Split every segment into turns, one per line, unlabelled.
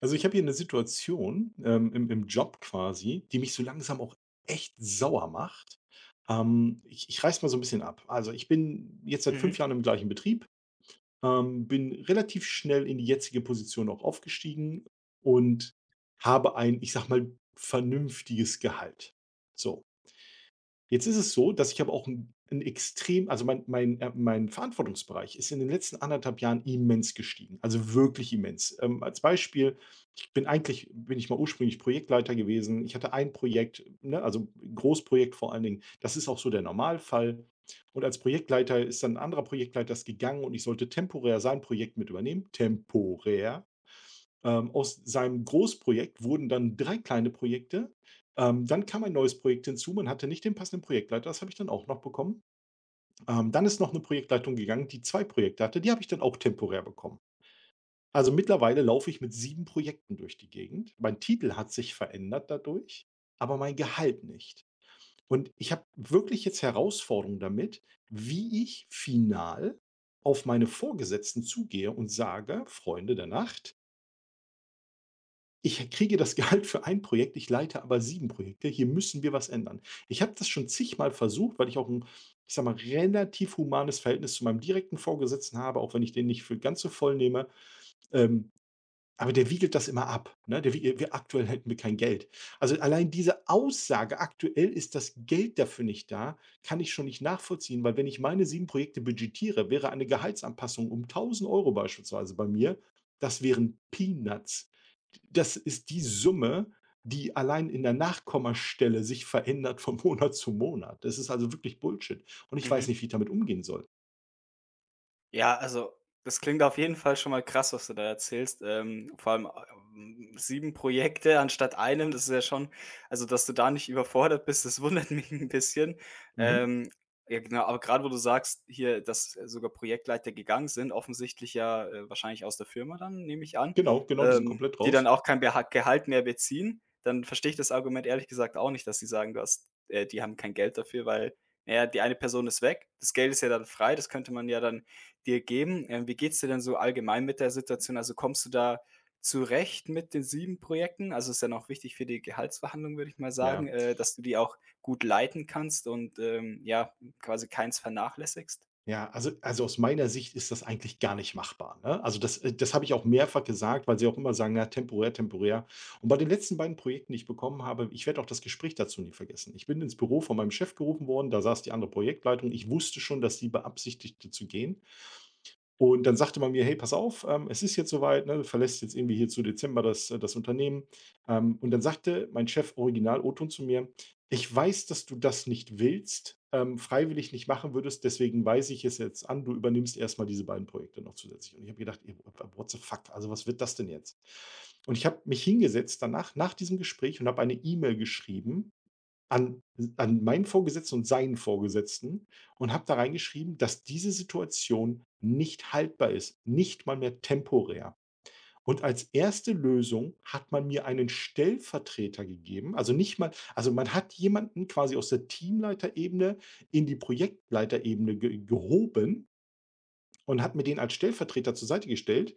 Also, ich habe hier eine Situation, im Job quasi, die mich so langsam auch echt sauer macht. Ich reiße mal so ein bisschen ab. Also, ich bin jetzt seit 5
Mhm,
Jahren im gleichen Betrieb, bin relativ schnell in die jetzige Position auch aufgestiegen und habe ein, ich sag mal, vernünftiges Gehalt. So. Jetzt ist es so, dass ich aber auch ein 'n extrem also, mein Verantwortungsbereich ist in den letzten anderthalb Jahren immens gestiegen, also, wirklich immens. Als Beispiel, ich bin eigentlich bin ich mal ursprünglich Projektleiter gewesen. Ich hatte ein Projekt, ne, also, ein Großprojekt vor allen Dingen. Das ist auch so der Normalfall. Und als Projektleiter ist dann ein anderer Projektleiter das gegangen und ich sollte temporär sein Projekt mit übernehmen. Temporär. Aus seinem Großprojekt wurden dann 3 kleine Projekte. Dann kam ein neues Projekt hinzu. Man hatte nicht den passenden Projektleiter, das habe ich dann auch noch bekommen. Dann ist noch eine Projektleitung gegangen, die 2 Projekte hatte, die habe ich dann auch temporär bekommen. Also, mittlerweile laufe ich mit 7 Projekten durch die Gegend. Mein Titel hat sich verändert dadurch, aber mein Gehalt nicht. Und ich habe wirklich jetzt Herausforderungen damit, wie ich final auf meine Vorgesetzten zugehe und sage: „Freunde der Nacht." Ich kriege das Gehalt für ein Projekt, ich leite aber 7 Projekte. Hier müssen wir was ändern. Ich habe das schon zigmal versucht, weil ich auch ein, ich sage mal, relativ humanes Verhältnis zu meinem direkten Vorgesetzten habe, auch wenn ich den nicht für ganz so voll nehme. Ähm, aber der wiegelt das immer ab, ne? Der wie Wir aktuell hätten wir kein Geld. Also, allein diese Aussage, aktuell ist das Geld dafür nicht da, kann ich schon nicht nachvollziehen, weil wenn ich meine 7 Projekte budgetiere, wäre eine Gehaltsanpassung um 1.000 Euro beispielsweise bei mir, das wären Peanuts. Das ist die Summe, die allein in der Nachkommastelle sich verändert von Monat zu Monat. Das ist also wirklich Bullshit. Und ich weiß
mhm.
nicht, wie ich damit umgehen soll.
Ja, also, das klingt auf jeden Fall schon mal krass, was du da erzählst. Vor allem, 7 Projekte anstatt einem, das ist ja schon, also, dass du da nicht überfordert bist, das wundert mich ein bisschen.
Mhm.
Ähm, ja, genau, aber gerade wo du sagst hier, dass sogar Projektleiter gegangen sind, offensichtlich ja, wahrscheinlich aus der Firma dann, nehme ich an,
Genau, genau, die sind komplett
die dann
raus.
auch kein Beha Gehalt mehr beziehen. Dann verstehe ich das Argument ehrlich gesagt auch nicht, dass sie sagen, du hast die haben kein Geld dafür, weil, na ja, die eine Person ist weg. Das Geld ist ja dann frei, das könnte man ja dann dir geben. Wie geht's dir denn so allgemein mit der Situation? Also, kommst du da zurecht mit den 7 Projekten? Also, ist ja noch wichtig für die Gehaltsverhandlung, würde ich mal sagen,
Ja,
dass du die auch gut leiten kannst und, ja, quasi keins vernachlässigst?
ja, also aus meiner Sicht ist das eigentlich gar nicht machbar, ne? Also das habe ich auch mehrfach gesagt, weil sie auch immer sagen: „Na, temporär, temporär." Und bei den letzten beiden Projekten, die ich bekommen habe, ich werde auch das Gespräch dazu nie vergessen. Ich bin ins Büro von meinem Chef gerufen worden, da saß die andere Projektleitung. Ich wusste schon, dass sie beabsichtigte zu gehen. Und dann sagte man mir: „Hey, pass auf, es ist jetzt soweit, ne, du verlässt jetzt irgendwie hier zu Dezember das Unternehmen." Und dann sagte mein Chef original O-Ton zu mir: „Ich weiß, dass du das nicht willst, freiwillig nicht machen würdest, deswegen weise ich es jetzt an, du übernimmst erst mal diese beiden Projekte noch zusätzlich." Und ich habe gedacht: „Ey, what the fuck? Also, was wird das denn jetzt?" Und ich habe mich hingesetzt danach, nach diesem Gespräch und habe eine E-Mail geschrieben an an meinen Vorgesetzten und seinen Vorgesetzten und habe da reingeschrieben, dass diese Situation nicht haltbar ist, nicht mal mehr temporär. Und als erste Lösung hat man mir einen Stellvertreter gegeben, also nicht mal also man hat jemanden quasi aus der Teamleiterebene in die Projektleiterebene ge gehoben und hat mir den als Stellvertreter zur Seite gestellt,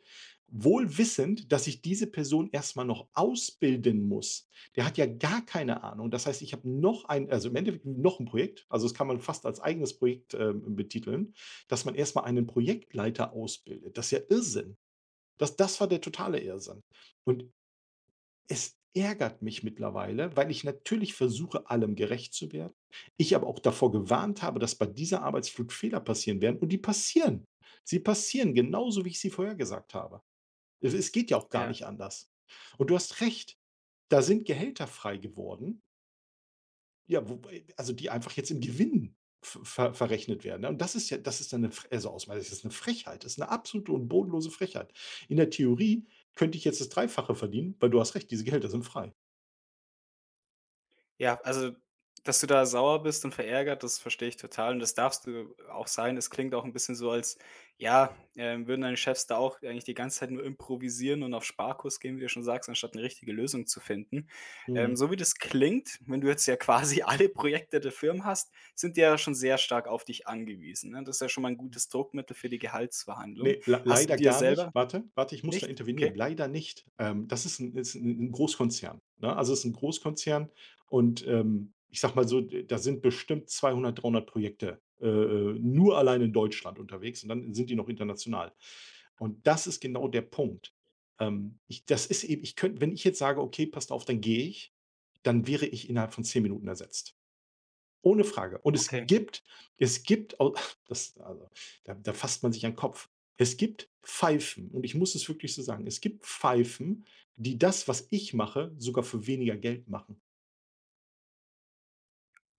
wohl wissend, dass ich diese Person erst mal noch ausbilden muss. Der hat ja gar keine Ahnung. Das heißt, ich habe noch ein also, im Endeffekt noch ein Projekt, also, das kann man fast als eigenes Projekt, betiteln, dass man erst mal einen Projektleiter ausbildet. Das ist ja Irrsinn. Das war der totale Irrsinn. Und es ärgert mich mittlerweile, weil ich natürlich versuche, allem gerecht zu werden, ich aber auch davor gewarnt habe, dass bei dieser Arbeitsflut Fehler passieren werden und die passieren. Sie passieren genauso, wie ich sie vorhergesagt habe. Es geht ja auch gar
Ja.
nicht anders. Und du hast recht, da sind Gehälter frei geworden, ja, wobei also die einfach jetzt im Gewinn verrechnet werden, ne? Und das ist dann 'ne Fre also aus meiner Sicht ist das 'ne Frechheit, das ist eine absolute und bodenlose Frechheit. In der Theorie könnte ich jetzt das Dreifache verdienen, weil du hast recht, diese Gehälter sind frei.
Ja, also, dass du da sauer bist und verärgert, das verstehe ich total und das darfst du auch sein. Es klingt auch 'n bisschen so, als, ja, würden deine Chefs da auch eigentlich die ganze Zeit nur improvisieren und auf Sparkurs gehen, wie du schon sagst, anstatt 'ne richtige Lösung zu finden.
Mhm.
So wie das klingt, wenn du jetzt ja quasi alle Projekte der Firma hast, sind die ja schon sehr stark auf dich angewiesen, ne? Das ist ja schon mal 'n gutes Druckmittel für die Gehaltsverhandlung.
Ne, lei
Hast du
leider
dir
gar nicht.
selber
Warte, warte, ich muss da
nicht? Okay,
intervenieren. Leider nicht. Das ist 'n Großkonzern, ne? Also, es ist ein Großkonzern und, ich sage mal so, d da sind bestimmt 200 300 Projekte, nur allein in Deutschland unterwegs und dann sind die noch international. Und das ist genau der Punkt. Ich das ist eben Ich könnte, wenn ich jetzt sage: „Okay, passt auf, dann gehe ich", dann wäre ich innerhalb von 10 Minuten ersetzt. Ohne Frage. Und
okay,
es gibt au das also, da fasst man sich an den Kopf. Es gibt Pfeifen und ich muss es wirklich so sagen, es gibt Pfeifen, die das, was ich mache, sogar für weniger Geld machen.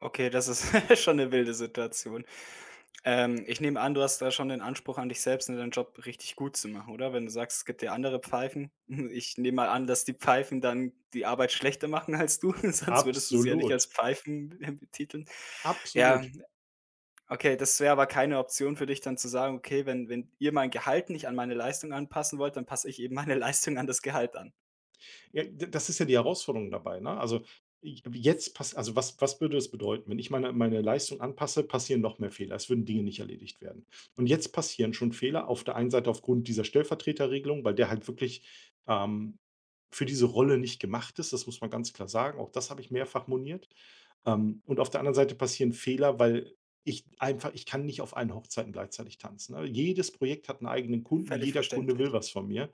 okay, das ist schon 'ne wilde Situation. Ich nehme an, du hast da schon den Anspruch an dich selbst, ne, deinen Job richtig gut zu machen, oder? Wenn du sagst, es gibt ja andere Pfeifen. Ich nehme mal an, dass die Pfeifen dann die Arbeit schlechter machen als du, sonst würdest du sie ja nicht als
Absolut,
Pfeifen, betiteln. Ja,
absolut.
okay, das wäre aber keine Option für dich dann zu sagen: „Okay, wenn ihr mein Gehalt nicht an meine Leistung anpassen wollt, dann passe ich eben meine Leistung an das Gehalt an.“
Ja, d das ist ja die Herausforderung dabei, ne? Also, j jetzt pass also, was würde es bedeuten, wenn ich meine Leistung anpasse, passieren noch mehr Fehler. Es würden Dinge nicht erledigt werden. Und jetzt passieren schon Fehler auf der einen Seite aufgrund dieser Stellvertreterregelung, weil der halt wirklich, ähm, für diese Rolle nicht gemacht ist. Das muss man ganz klar sagen. Auch das habe ich mehrfach moniert. Und auf der anderen Seite passieren Fehler, weil ich kann nicht auf allen Hochzeiten gleichzeitig tanzen, ne? Jedes Projekt hat einen eigenen Kunden,
Völlig
jeder Kunde will
verständlich.
was von mir.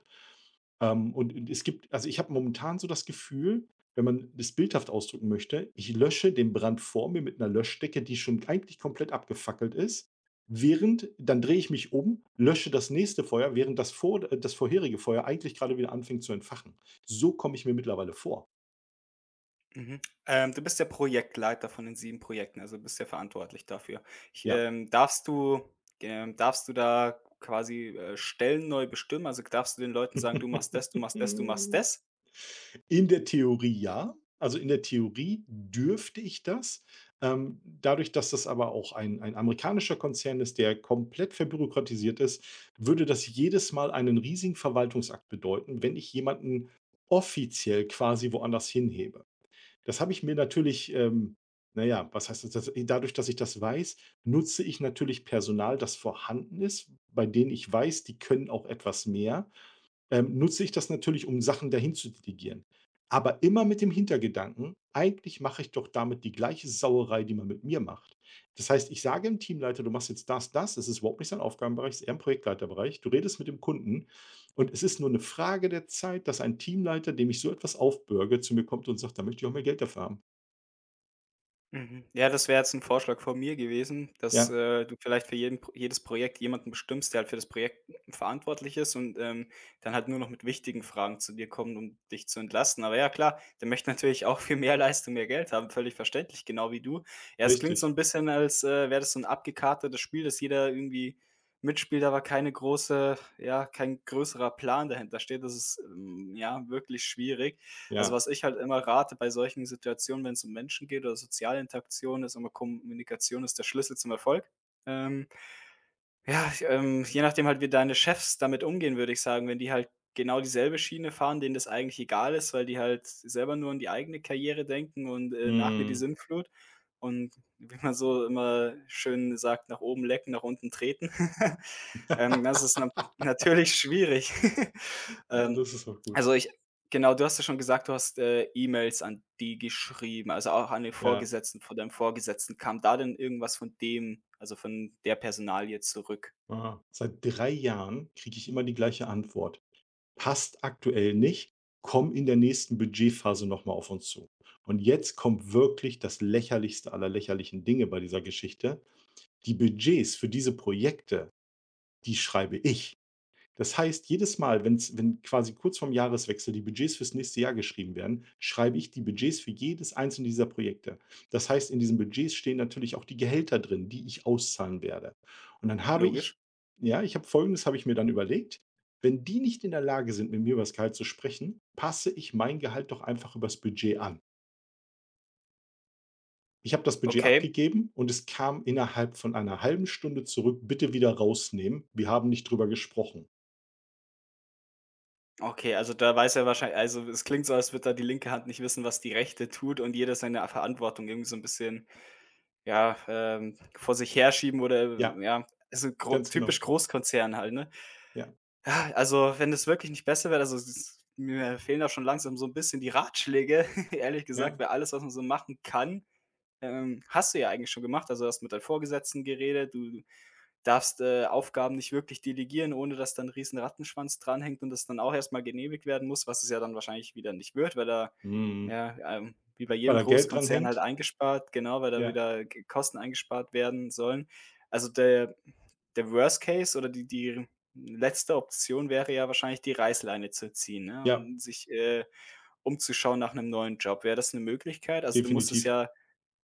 Und ich habe momentan so das Gefühl, wenn man das bildhaft ausdrücken möchte, ich lösche den Brand vor mir mit einer Löschdecke, die schon eigentlich komplett abgefackelt ist, während dann drehe ich mich um, lösche das nächste Feuer, während das vorherige Feuer eigentlich gerade wieder anfängt zu entfachen. So komme ich mir mittlerweile vor,
Mhm. Du bist der Projektleiter von den 7 Projekten, also bist ja verantwortlich dafür. Ich,
ja.
darfst du Darfst du da quasi, Stellen neu bestimmen? Also, darfst du den Leuten sagen: „Du machst das, du machst das, du machst das?“
In der Theorie ja. Also, in der Theorie dürfte ich das. Dadurch, dass das aber auch ein amerikanischer Konzern ist, der komplett verbürokratisiert ist, würde das jedes Mal einen riesigen Verwaltungsakt bedeuten, wenn ich jemanden offiziell quasi woanders hinhebe. Das habe ich mir natürlich, na ja, was heißt das dadurch, dass ich das weiß, nutze ich natürlich Personal, das vorhanden ist, bei denen ich weiß, die können auch etwas mehr, nutze ich das natürlich, um Sachen dahin zu delegieren. Aber immer mit dem Hintergedanken, eigentlich mache ich doch damit die gleiche Sauerei, die man mit mir macht. Das heißt, ich sage dem Teamleiter, du machst jetzt das, das ist überhaupt nicht sein Aufgabenbereich, ist eher im Projektleiterbereich. Du redest mit dem Kunden und es ist nur eine Frage der Zeit, dass ein Teamleiter, dem ich so etwas aufbürge, zu mir kommt und sagt, da möchte ich auch mehr Geld dafür haben.
Mhm. Ja, das wäre jetzt ein Vorschlag von mir gewesen, dass,
Ja,
du vielleicht für jeden Pro jedes Projekt jemanden bestimmst, der halt für das Projekt verantwortlich ist und, dann halt nur noch mit wichtigen Fragen zu dir kommt, um dich zu entlasten. Aber ja klar, der möchte natürlich auch viel mehr Geld haben, völlig verständlich, genau wie du. Ja, es klingt so
richtig.
ein bisschen, als, wäre das so ein abgekartetes Spiel, dass jeder irgendwie mitspielt, aber keine große, ja, kein größerer Plan dahintersteht. Das ist, ja, wirklich schwierig. Also,
Ja.
was ich halt immer rate bei solchen Situationen, wenn es um Menschen geht oder soziale Interaktion, ist immer Kommunikation ist der Schlüssel zum Erfolg. Ähm, ja, ich, je nachdem halt, wie deine Chefs damit umgehen, würde ich sagen, wenn die halt genau dieselbe Schiene fahren, denen das eigentlich egal ist, weil die halt selber nur an die eigene Karriere denken und, nach mir die
Mm.
Sintflut und wie man so immer schön sagt: „Nach oben lecken, nach unten treten.“ das ist natürlich schwierig.
Ja,
Ähm,
das ist auch
also,
gut.
ich Genau, du hast ja schon gesagt, du hast, E-Mails an die geschrieben, also auch an den
Ja.
Vorgesetzten von deinem Vorgesetzten. Kam da denn irgendwas von dem, also von der Personalie zurück?
Ah. Seit 3 Jahren kriege ich immer die gleiche Antwort. Passt aktuell nicht, komm in der nächsten Budgetphase nochmal auf uns zu. Und jetzt kommt wirklich das lächerlichste aller lächerlichen Dinge bei dieser Geschichte. Die Budgets für diese Projekte, die schreibe ich. Das heißt, jedes Mal, wenn quasi kurz vorm Jahreswechsel die Budgets fürs nächste Jahr geschrieben werden, schreibe ich die Budgets für jedes einzelne dieser Projekte. Das heißt, in diesen Budgets stehen natürlich auch die Gehälter drin, die ich auszahlen werde. Und dann habe ich,
Logisch.
ja, ich habe Folgendes habe ich mir dann überlegt: Wenn die nicht in der Lage sind, mit mir über das Gehalt zu sprechen, passe ich mein Gehalt doch einfach übers Budget an. Ich habe das Budget
Okay,
abgegeben und es kam innerhalb von einer halben Stunde zurück: „Bitte wieder rausnehmen. Wir haben nicht drüber gesprochen."
okay, also da weiß er wahrscheinlich, also es klingt so, als würde da die linke Hand nicht wissen, was die rechte tut und jeder seine Verantwortung irgendwie so 'n bisschen, ja, vor sich herschieben, oder
Ja,
ja, also gro
ganz
typisch
genau.
Großkonzern halt, ne?
Ja,
Ja, also, wenn es wirklich nicht besser wird, also, es ist mir fehlen da schon langsam so ein bisschen die Ratschläge, ehrlich gesagt,
ja.
weil alles, was man so machen kann, hast du ja eigentlich schon gemacht. Also, du hast mit deinen Vorgesetzten geredet, du darfst, Aufgaben nicht wirklich delegieren, ohne dass dann 'n riesen Rattenschwanz dranhängt und das dann auch erst mal genehmigt werden muss, was es ja dann wahrscheinlich wieder nicht wird, weil da
Mhm.
ja, wie bei
Weil
jedem
da Geld dran
Großkonzern halt
hängt?
eingespart, genau, weil da
Ja,
wieder G Kosten eingespart werden sollen. Also, der Worst Case oder die letzte Option wäre ja wahrscheinlich die Reißleine zu ziehen, ne,
ja,
und sich, umzuschauen nach einem neuen Job. Wäre das eine Möglichkeit? Also, du musstest
definitiv.
ja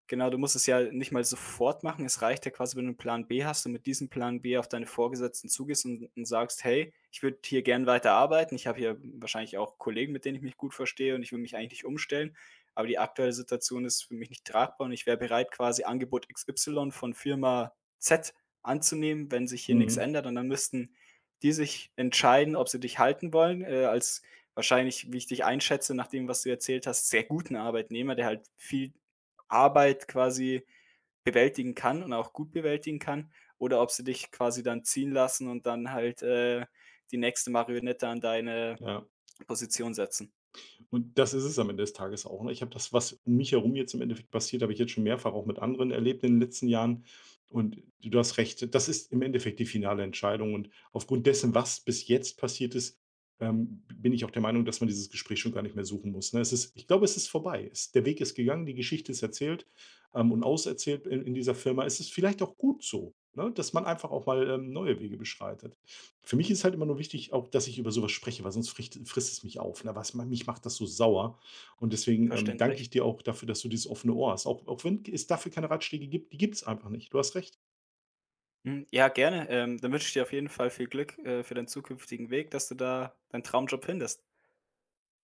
Genau, du musst es ja nicht mal sofort machen. Es reicht ja quasi, wenn du 'n Plan B hast und mit diesem Plan B auf deine Vorgesetzten zugehst und sagst: „Hey, ich würde hier gern weiterarbeiten. Ich habe hier wahrscheinlich auch Kollegen, mit denen ich mich gut verstehe und ich will mich eigentlich nicht umstellen, aber die aktuelle Situation ist für mich nicht tragbar und ich wäre bereit, quasi Angebot XY von Firma Z anzunehmen, wenn sich hier nichts
Mhm,
ändert.“ Und dann müssten die sich entscheiden, ob sie dich halten wollen, als wahrscheinlich, wie ich dich einschätze, nach dem, was du erzählt hast, sehr guten Arbeitnehmer, der halt viel Arbeit quasi bewältigen kann und auch gut bewältigen kann, oder ob sie dich quasi dann ziehen lassen und dann halt, die nächste Marionette an deine
ja.
Position setzen.
Und das ist es am Ende des Tages auch, ne? Ich habe das, was um mich herum jetzt im Endeffekt passiert, habe ich jetzt schon mehrfach auch mit anderen erlebt in den letzten Jahren. Und du hast recht, das ist im Endeffekt die finale Entscheidung. Und aufgrund dessen, was bis jetzt passiert ist, bin ich auch der Meinung, dass man dieses Gespräch schon gar nicht mehr suchen muss, ne? Es ist Ich glaube, es ist vorbei. Es Der Weg ist gegangen, die Geschichte ist erzählt, und auserzählt in dieser Firma. Es ist vielleicht auch gut so, ne, dass man einfach auch mal, neue Wege beschreitet. Für mich ist halt immer nur wichtig, auch dass ich über sowas spreche, weil sonst fricht frisst es mich auf, ne? Was mich, macht das so sauer. Und deswegen, danke
Verständlich.
ich dir auch dafür, dass du dieses offene Ohr hast. Auch wenn es dafür keine Ratschläge gibt, die gibt es einfach nicht. Du hast recht.
Hm, ja, gerne. Dann wünsche ich dir auf jeden Fall viel Glück, für deinen zukünftigen Weg, dass du da deinen Traumjob findest.